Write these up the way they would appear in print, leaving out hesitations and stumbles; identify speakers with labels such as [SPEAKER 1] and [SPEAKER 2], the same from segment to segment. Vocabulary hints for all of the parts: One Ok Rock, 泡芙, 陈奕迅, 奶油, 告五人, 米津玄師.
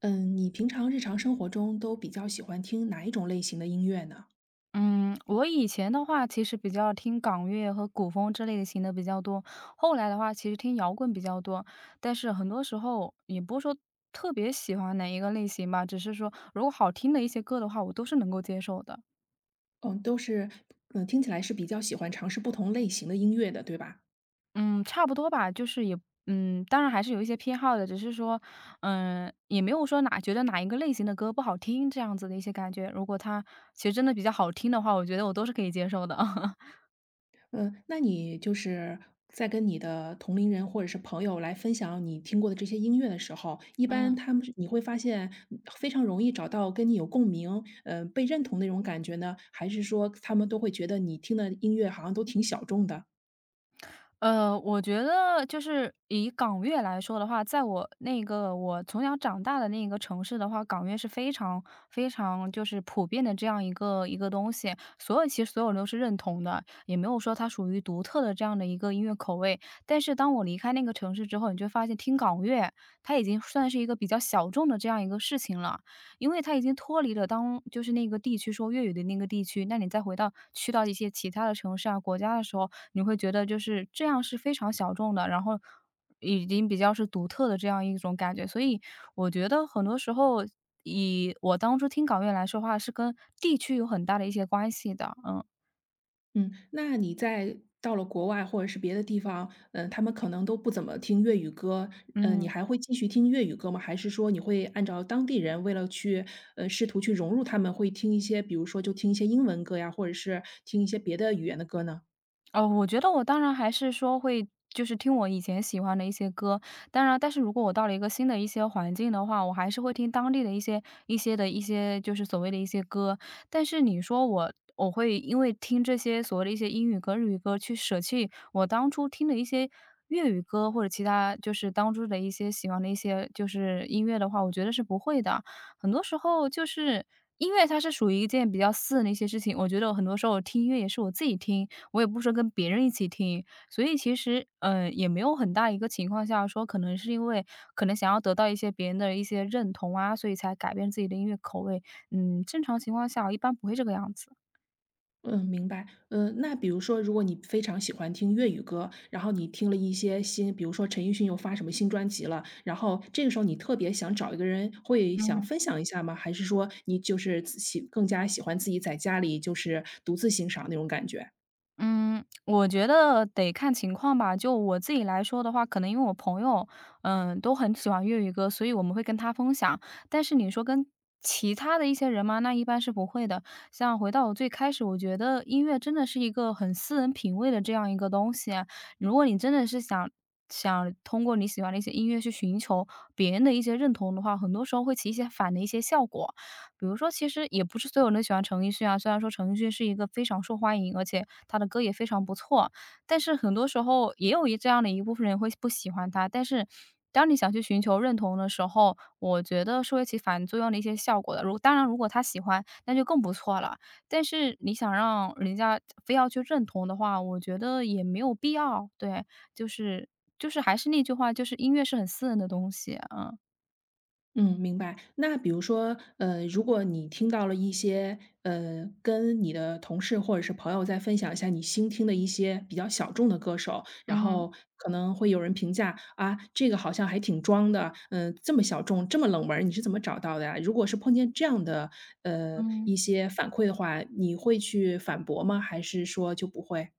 [SPEAKER 1] 嗯，你平常日常生活中都比较喜欢听哪一种类型的音乐呢？
[SPEAKER 2] 嗯，我以前的话其实比较听港乐和古风之类的型的比较多，后来的话其实听摇滚比较多，但是很多时候也不是说特别喜欢哪一个类型吧，只是说如果好听的一些歌的话，我都是能够接受的。
[SPEAKER 1] 嗯，都是，嗯，听起来是比较喜欢尝试不同类型的音乐的，对吧？
[SPEAKER 2] 嗯，差不多吧，就是也当然还是有一些偏好的，只是说，也没有说哪觉得哪一个类型的歌不好听这样子的一些感觉。如果它其实真的比较好听的话，我觉得我都是可以接受的。
[SPEAKER 1] 嗯，那你就是在跟你的同龄人或者是朋友来分享你听过的这些音乐的时候，一般
[SPEAKER 2] 嗯。
[SPEAKER 1] 他们是你会发现非常容易找到跟你有共鸣，被认同那种感觉呢？还是说他们都会觉得你听的音乐好像都挺小众的，
[SPEAKER 2] 我觉得就是以港乐来说的话，在我那个从小长大的那个城市的话，港乐是非常非常就是普遍的这样一个东西，其实所有人都是认同的，也没有说它属于独特的这样的一个音乐口味。但是当我离开那个城市之后，你就会发现听港乐，它已经算是一个比较小众的这样一个事情了，因为它已经脱离了就是那个地区说粤语的那个地区，那你再去到一些其他的城市啊国家的时候，你会觉得就是这样是非常小众的，然后已经比较是独特的这样一种感觉。所以我觉得很多时候，以我当初听港乐来说话，是跟地区有很大的一些关系的。嗯
[SPEAKER 1] 嗯，那你在到了国外或者是别的地方，他们可能都不怎么听粤语歌，嗯，你
[SPEAKER 2] 嗯。
[SPEAKER 1] 还会继续听粤语歌吗？还是说你会按照当地人为了去，试图去融入他们，会听一些，比如说就听一些英文歌呀，或者是听一些别的语言的歌呢？
[SPEAKER 2] 哦，我觉得我当然还是说会就是听我以前喜欢的一些歌，当然，但是如果我到了一个新的一些环境的话，我还是会听当地的一些就是所谓的一些歌。但是你说我会因为听这些所谓的一些英语歌、日语歌去舍弃我当初听的一些粤语歌或者其他就是当初的一些喜欢的一些就是音乐的话，我觉得是不会的。很多时候就是音乐它是属于一件比较私人的一些事情，我觉得很多时候我听音乐也是我自己听。我也不是跟别人一起听，所以其实，也没有很大一个情况下说，可能是因为可能想要得到一些别人的一些认同啊，所以才改变自己的音乐口味。嗯，正常情况下一般不会这个样子。
[SPEAKER 1] 嗯，明白。嗯，那比如说，如果你非常喜欢听粤语歌，然后你听了一些新，比如说陈奕迅又发什么新专辑了，然后这个时候你特别想找一个人，会想
[SPEAKER 2] 嗯。
[SPEAKER 1] 分享一下吗？还是说你就是自喜更加喜欢自己在家里就是独自欣赏那种感觉？
[SPEAKER 2] 嗯，我觉得得看情况吧。就我自己来说的话，可能因为我朋友，都很喜欢粤语歌，所以我们会跟他分享。但是你说跟其他的一些人嘛，那一般是不会的。像回到我最开始，我觉得音乐真的是一个很私人品味的这样一个东西啊。如果你真的是想通过你喜欢的一些音乐去寻求别人的一些认同的话，很多时候会起一些反的一些效果。比如说，其实也不是所有人都喜欢陈奕迅啊。虽然说陈奕迅是一个非常受欢迎，而且他的歌也非常不错，但是很多时候也有一这样的一部分人会不喜欢他。但是，当你想去寻求认同的时候，我觉得是会起反作用的一些效果的。如当然，如果他喜欢，那就更不错了。但是你想让人家非要去认同的话，我觉得也没有必要。对，就是就是还是那句话，就是音乐是很私人的东西，嗯。
[SPEAKER 1] 嗯，明白。那比如说，如果你听到了一些，跟你的同事或者是朋友在分享一下你新听的一些比较小众的歌手，然
[SPEAKER 2] 嗯。
[SPEAKER 1] 后可能会有人评价，啊，这个好像还挺装的，嗯、这么小众，这么冷门儿你是怎么找到的呀？如果是碰见这样的，
[SPEAKER 2] 嗯。
[SPEAKER 1] 一些反馈的话，你会去反驳吗？还是说就不会？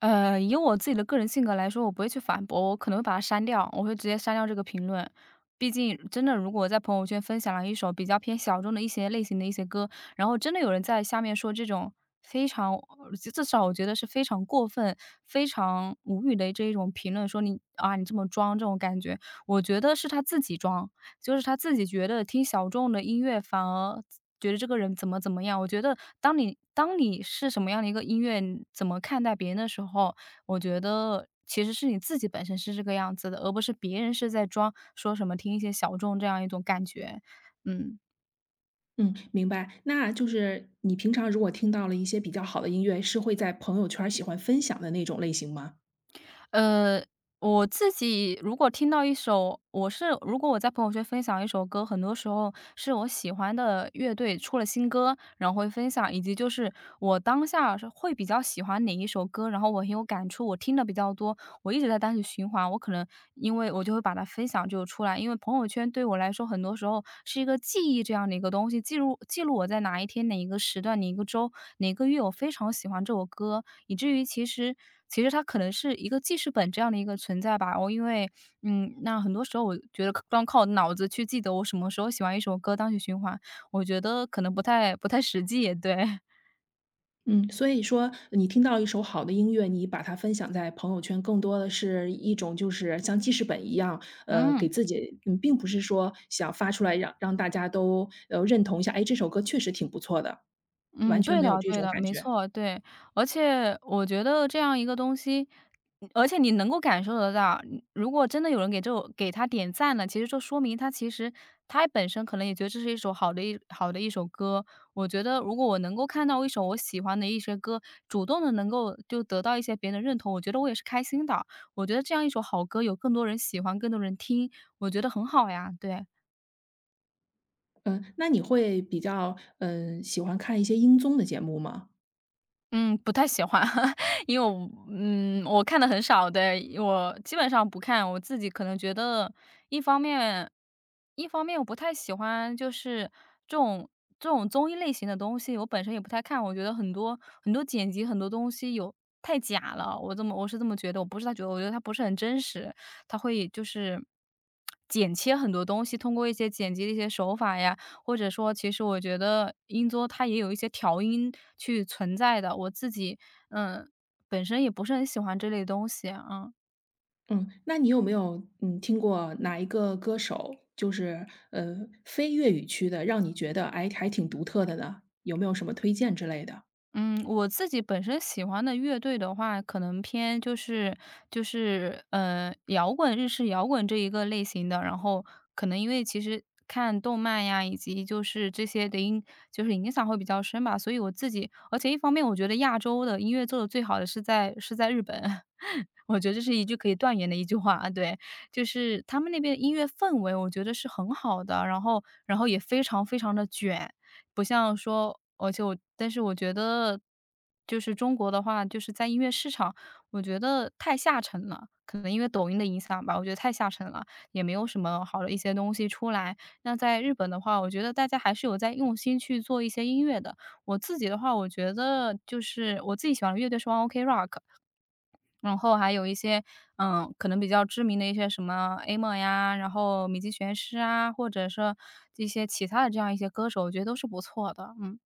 [SPEAKER 2] 呃，以我自己的个人性格来说，我不会去反驳，我可能会把它删掉，我会直接删掉这个评论。毕竟，真的，如果我在朋友圈分享了一首比较偏小众的一些类型的一些歌，然后真的有人在下面说这种非常，至少我觉得是非常过分、非常无语的这一种评论，说你啊，你这么装这种感觉，我觉得是他自己装，就是他自己觉得听小众的音乐反而觉得这个人怎么怎么样。我觉得当你是什么样的一个音乐，你怎么看待别人的时候，我觉得其实是你自己本身是这个样子的，而不是别人是在装说什么听一些小众这样一种感觉。嗯，
[SPEAKER 1] 嗯，明白。那就是你平常如果听到了一些比较好的音乐，是会在朋友圈儿喜欢分享的那种类型吗？
[SPEAKER 2] 呃，我自己如果听到一首，如果我在朋友圈分享一首歌，很多时候是我喜欢的乐队出了新歌，然后会分享，以及就是我当下是会比较喜欢哪一首歌，然后我很有感触，我听的比较多，我一直在单曲循环，我可能因为我就会把它分享就出来，因为朋友圈对我来说，很多时候是一个记忆这样的一个东西，记录我在哪一天、哪一个时段、哪一个周、哪个月，我非常喜欢这首歌，以至于其实它可能是一个记事本这样的一个存在吧。我因为嗯，那很多时候我觉得光靠脑子去记得我什么时候喜欢一首歌单曲循环，我觉得可能不太实际，对，
[SPEAKER 1] 嗯，所以说你听到一首好的音乐，你把它分享在朋友圈，更多的是一种就是像记事本一样，给
[SPEAKER 2] 嗯。
[SPEAKER 1] 自己，嗯，并不是说想发出来让大家都认同一下，哎，这首歌确实挺不错的，
[SPEAKER 2] 嗯，
[SPEAKER 1] 完全
[SPEAKER 2] 对
[SPEAKER 1] 没有
[SPEAKER 2] 的
[SPEAKER 1] 这
[SPEAKER 2] 对
[SPEAKER 1] 种
[SPEAKER 2] 的
[SPEAKER 1] 感
[SPEAKER 2] 没
[SPEAKER 1] 觉。
[SPEAKER 2] 错，对。而且我觉得这样一个东西，嗯而且你能够感受得到，如果真的有人给他点赞了，其实就说明他他本身可能也觉得这是一首好的一首歌。我觉得如果我能够看到一首我喜欢的一些歌，主动的能够就得到一些别人的认同，我觉得我也是开心的。我觉得这样一首好歌有更多人喜欢，更多人听，我觉得很好呀，对。
[SPEAKER 1] 嗯，那你会比较喜欢看一些音综的节目吗？
[SPEAKER 2] 嗯，不太喜欢，因为我看的很少的，我基本上不看。我自己可能觉得，一方面一方面我不太喜欢，就是这种这种综艺类型的东西，我本身也不太看。我觉得很多剪辑，很多东西有太假了，我是这么觉得，我不是他觉得，我觉得它不是很真实，它会就是剪切很多东西，通过一些剪辑的一些手法呀，或者说其实我觉得音桌它也有一些调音去存在的，我自己，嗯，本身也不是很喜欢这类东西，啊。嗯。
[SPEAKER 1] 嗯，那你有没有听过哪一个歌手，就是非粤语区的，让你觉得哎还挺独特的呢？有没有什么推荐之类的？
[SPEAKER 2] 嗯，我自己本身喜欢的乐队的话，可能偏就是摇滚、日式摇滚这一个类型的。然后可能因为其实看动漫呀，以及就是这些的影，影响会比较深吧。所以我自己，而且一方面我觉得亚洲的音乐做的最好的是在日本，我觉得这是一句可以断言的一句话。啊。对，就是他们那边的音乐氛围，我觉得是很好的，然后也非常非常的卷。不像说而且我但是我觉得就是中国的话，就是在音乐市场，我觉得太下沉了。可能因为抖音的影响吧，我觉得太下沉了，也没有什么好的一些东西出来。那在日本的话，我觉得大家还是有在用心去做一些音乐的。我自己的话，我觉得就是我自己喜欢的乐队是 One Ok Rock，然后还有一些，可能比较知名的一些什么 Amer 呀，然后米津玄师啊，或者说一些其他的这样一些歌手，我觉得都是不错的，嗯。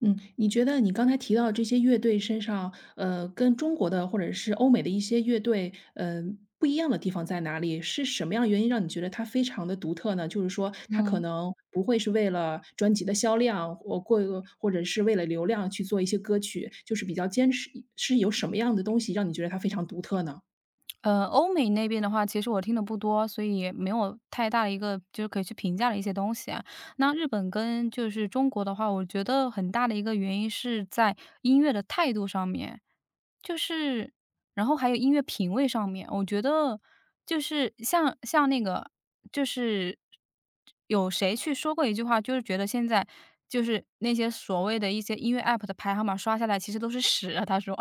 [SPEAKER 1] 嗯，你觉得你刚才提到这些乐队身上，跟中国的或者是欧美的一些乐队，嗯，不一样的地方在哪里？是什么样的原因让你觉得它非常的独特呢？就是说它可
[SPEAKER 2] 嗯，
[SPEAKER 1] 能不会是为了专辑的销量，或者是为了流量去做一些歌曲，就是比较坚持是有什么样的东西让你觉得它非常独特呢？
[SPEAKER 2] 欧美那边的话，其实我听的不多，所以也没有太大的一个就是可以去评价的一些东西啊。那日本跟就是中国的话，我觉得很大的一个原因是在音乐的态度上面，就是然后还有音乐品味上面，我觉得就是像那个就是有谁去说过一句话，就是觉得现在就是那些所谓的一些音乐 app 的排行榜刷下来，其实都是屎啊，他说，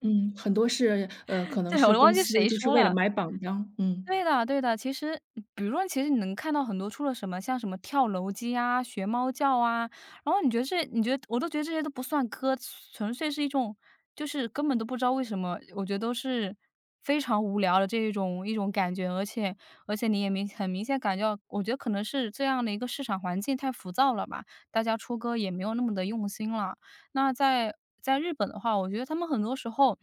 [SPEAKER 1] 嗯，很多是，可能
[SPEAKER 2] 对，
[SPEAKER 1] 是
[SPEAKER 2] 我忘
[SPEAKER 1] 公
[SPEAKER 2] 记
[SPEAKER 1] 司
[SPEAKER 2] 谁
[SPEAKER 1] 就是
[SPEAKER 2] 说
[SPEAKER 1] 为了
[SPEAKER 2] 了。
[SPEAKER 1] 买榜单，嗯。
[SPEAKER 2] 对的对的，其实比如说其实你能看到很多出了什么像什么跳楼机啊、学猫叫啊，然后你觉得这你觉得我都觉得这些都不算歌，纯粹是一种就是根本都不知道为什么，我觉得都是非常无聊的这一种感觉，而且你也很明显感觉到，我觉得可能是这样的一个市场环境太浮躁了吧，大家出歌也没有那么的用心了。那在日本的话，我觉得他们很多时候，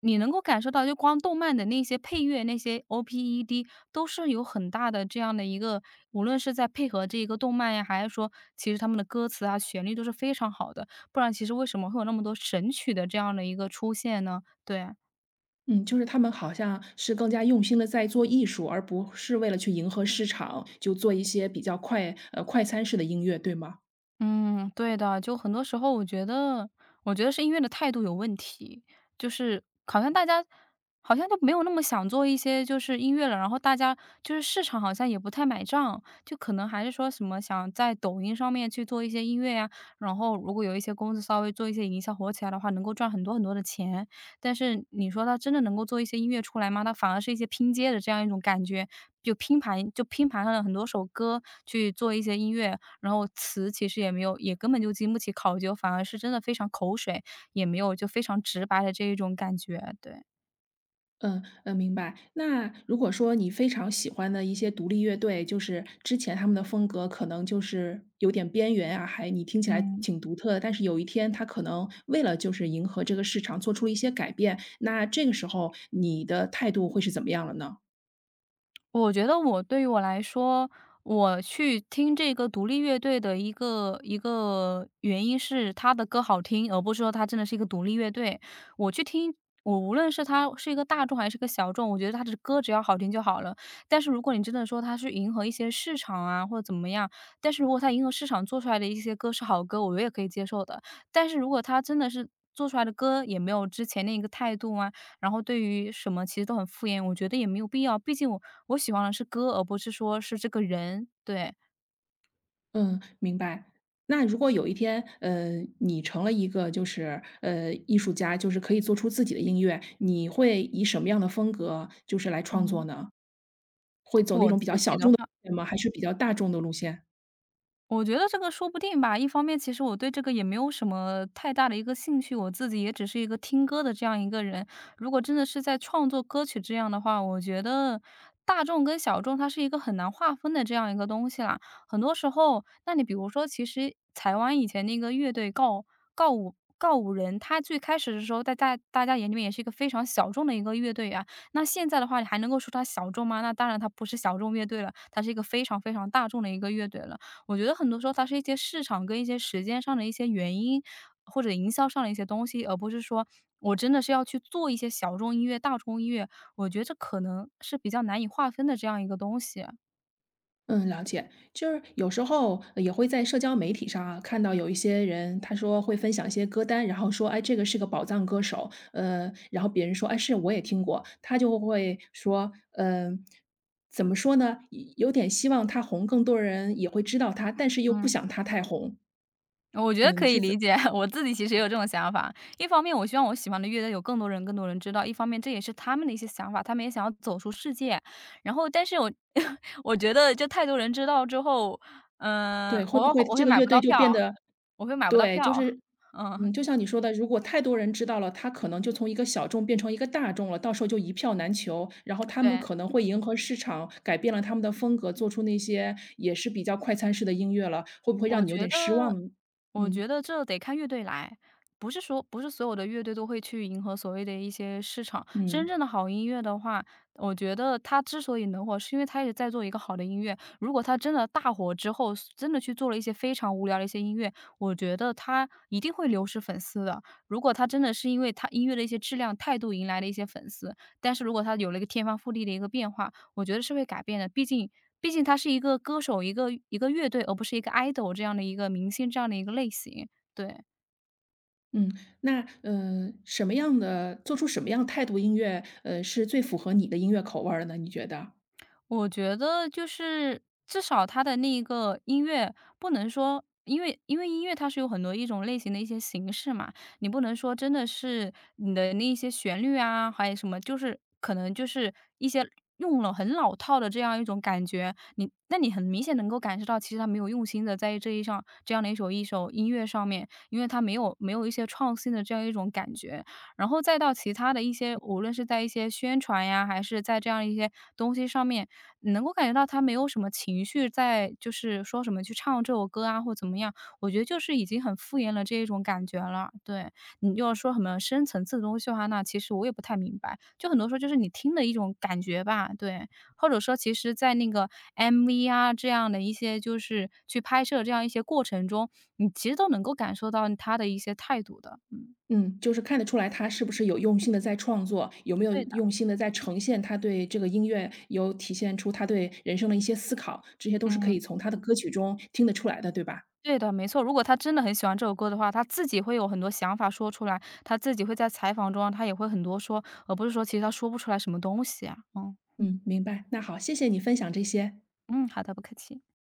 [SPEAKER 2] 你能够感受到，就光动漫的那些配乐，那些 OPED 都是有很大的这样的一个，无论是在配合这一个动漫呀，还是说其实他们的歌词啊、旋律都是非常好的，不然其实为什么会有那么多神曲的这样的一个出现呢？对啊。
[SPEAKER 1] 嗯，就是他们好像是更加用心的在做艺术，而不是为了去迎合市场，就做一些比较快快餐式的音乐，对吗？
[SPEAKER 2] 嗯，对的，就很多时候我觉得是音乐的态度有问题，就是大家好像就没有那么想做一些就是音乐了，然后大家就是市场好像也不太买账，就可能还是说什么想在抖音上面去做一些音乐呀，然后如果有一些公司稍微做一些营销火起来的话，能够赚很多很多的钱。但是你说他真的能够做一些音乐出来吗？他反而是一些拼接的这样一种感觉，就拼盘了很多首歌去做一些音乐，然后词其实也没有，也根本就经不起考究，反而是真的非常口水，也没有就非常直白的这一种感觉，对，
[SPEAKER 1] 嗯，嗯，明白。那如果说你非常喜欢的一些独立乐队，就是之前他们的风格可能就是有点边缘啊，还你听起来
[SPEAKER 2] 嗯。
[SPEAKER 1] 挺独特的，但是有一天他可能为了就是迎合这个市场做出了一些改变，那这个时候你的态度会是怎么样了呢？
[SPEAKER 2] 我觉得我对于我来说，我去听这个独立乐队的一个原因是他的歌好听，而不是说他真的是一个独立乐队。我去听，我无论是他是一个大众还是个小众，我觉得他的歌只要好听就好了。但是如果你真的说他是迎合一些市场啊，或者怎么样，但是如果他迎合市场做出来的一些歌是好歌，我也可以接受的。但是如果他真的是做出来的歌也没有之前那个态度啊，然后对于什么其实都很敷衍，我觉得也没有必要。毕竟我喜欢的是歌，而不是说是这个人。对，
[SPEAKER 1] 嗯，明白。那如果有一天，你成了一个就是，艺术家，就是可以做出自己的音乐，你会以什么样的风格就是来创作
[SPEAKER 2] 嗯，
[SPEAKER 1] 呢？会走那
[SPEAKER 2] 我
[SPEAKER 1] 种
[SPEAKER 2] 自
[SPEAKER 1] 比较
[SPEAKER 2] 己
[SPEAKER 1] 小
[SPEAKER 2] 的
[SPEAKER 1] 众的
[SPEAKER 2] 话
[SPEAKER 1] 路线吗？还是比较大众的路线？
[SPEAKER 2] 我觉得这个说不定吧。一方面，其实我对这个也没有什么太大的一个兴趣，我自己也只是一个听歌的这样一个人。如果真的是在创作歌曲这样的话，我觉得大众跟小众它是一个很难划分的这样一个东西啦。很多时候，那你比如说，其实台湾以前那个乐队告五人，他最开始的时候，在大家眼里面也是一个非常小众的一个乐队啊。那现在的话，你还能够说它小众吗？那当然它不是小众乐队了，它是一个非常非常大众的一个乐队了。我觉得很多时候它是一些市场跟一些时间上的一些原因，或者营销上的一些东西，而不是说我真的是要去做一些小众音乐、大众音乐，我觉得这可能是比较难以划分的这样一个东西。
[SPEAKER 1] 嗯，了解。就是有时候也会在社交媒体上啊，看到有一些人，他说会分享一些歌单，然后说："哎，这个是个宝藏歌手。"然后别人说："哎，是，我也听过。"他就会说："嗯、怎么说呢？有点希望他红，更多人也会知道他，但是又不
[SPEAKER 2] 嗯。
[SPEAKER 1] 想他太红。"
[SPEAKER 2] 我觉得
[SPEAKER 1] 嗯，
[SPEAKER 2] 可
[SPEAKER 1] 你
[SPEAKER 2] 以
[SPEAKER 1] 是
[SPEAKER 2] 理
[SPEAKER 1] 怎
[SPEAKER 2] 解，我自己其实也有这种想法。一方面我希望我喜欢的乐队有更多人、更多人知道，一方面这也是他们的一些想法，他们也想要走出世界。然后但是我 我觉得就太多人知道之后，嗯，
[SPEAKER 1] 对，会
[SPEAKER 2] 我
[SPEAKER 1] 不会
[SPEAKER 2] 我会
[SPEAKER 1] 这个
[SPEAKER 2] 买
[SPEAKER 1] 乐
[SPEAKER 2] 不到
[SPEAKER 1] 队就变
[SPEAKER 2] 票
[SPEAKER 1] 得
[SPEAKER 2] 我会买不到
[SPEAKER 1] 对，就
[SPEAKER 2] 票，
[SPEAKER 1] 是
[SPEAKER 2] 嗯。
[SPEAKER 1] 嗯，就像你说的，如果太多人知道了，他可能就从一个小众变成一个大众了，到时候就一票难求。然后他们
[SPEAKER 2] 对，
[SPEAKER 1] 可能会迎合市场，改变了他们的风格，做出那些也是比较快餐式的音乐了，会不会
[SPEAKER 2] 我
[SPEAKER 1] 让你有
[SPEAKER 2] 觉
[SPEAKER 1] 点失望
[SPEAKER 2] 得
[SPEAKER 1] 呢？
[SPEAKER 2] 我觉
[SPEAKER 1] 嗯。
[SPEAKER 2] 得这得看乐队来，不是说不是所有的乐队都会去迎合所谓的一些市场。真
[SPEAKER 1] 嗯。
[SPEAKER 2] 正的好音乐的话，我觉得他之所以能火，是因为他一直在做一个好的音乐。如果他真的大火之后，真的去做了一些非常无聊的一些音乐，我觉得他一定会流失粉丝的。如果他真的是因为他音乐的一些质量、态度迎来了一些粉丝，但是如果他有了一个天翻覆地的一个变化，我觉得是会改变的。毕竟他是一个歌手，一个乐队，而不是一个 idol 这样的一个明星这样的一个类型，对。
[SPEAKER 1] 嗯，那什么样的做出什么样态度音乐，是最符合你的音乐口味儿的呢？你觉得？
[SPEAKER 2] 我觉得就是至少他的那一个音乐不能说因为音乐它是有很多一种类型的一些形式嘛，你不能说真的是你的那一些旋律啊，还有什么，就是可能就是一些用了很老套的这样一种感觉，你那你很明显能够感受到，其实他没有用心的在这一上这样的一首一首音乐上面，因为他没有一些创新的这样一种感觉，然后再到其他的一些，无论是在一些宣传呀，还是在这样一些东西上面，你能够感觉到他没有什么情绪在就是说什么去唱这首歌啊，或怎么样，我觉得就是已经很敷衍了这一种感觉了。对，你要说什么深层次的东西的话，那其实我也不太明白。就很多时候就是你听的一种感觉吧，对。或者说其实在那个 MV 啊，这样的一些就是去拍摄这样一些过程中，你其实都能够感受到他的一些态度的，嗯，
[SPEAKER 1] 嗯，就是看得出来他是不是有用心的在创作，有没有
[SPEAKER 2] 对的，
[SPEAKER 1] 用心的在呈现他对这个音乐有体现出他对人生的一些思考，这些都是可
[SPEAKER 2] 嗯。
[SPEAKER 1] 以从他的歌曲中听得出来的，对吧？
[SPEAKER 2] 对的，没错。如果他真的很喜欢这首歌的话，他自己会有很多想法说出来，他自己会在采访中啊他也会很多说，而不是说其实他说不出来什么东西啊。嗯
[SPEAKER 1] 嗯，明白，那好，谢谢你分享这些。
[SPEAKER 2] 嗯，好的，不客气。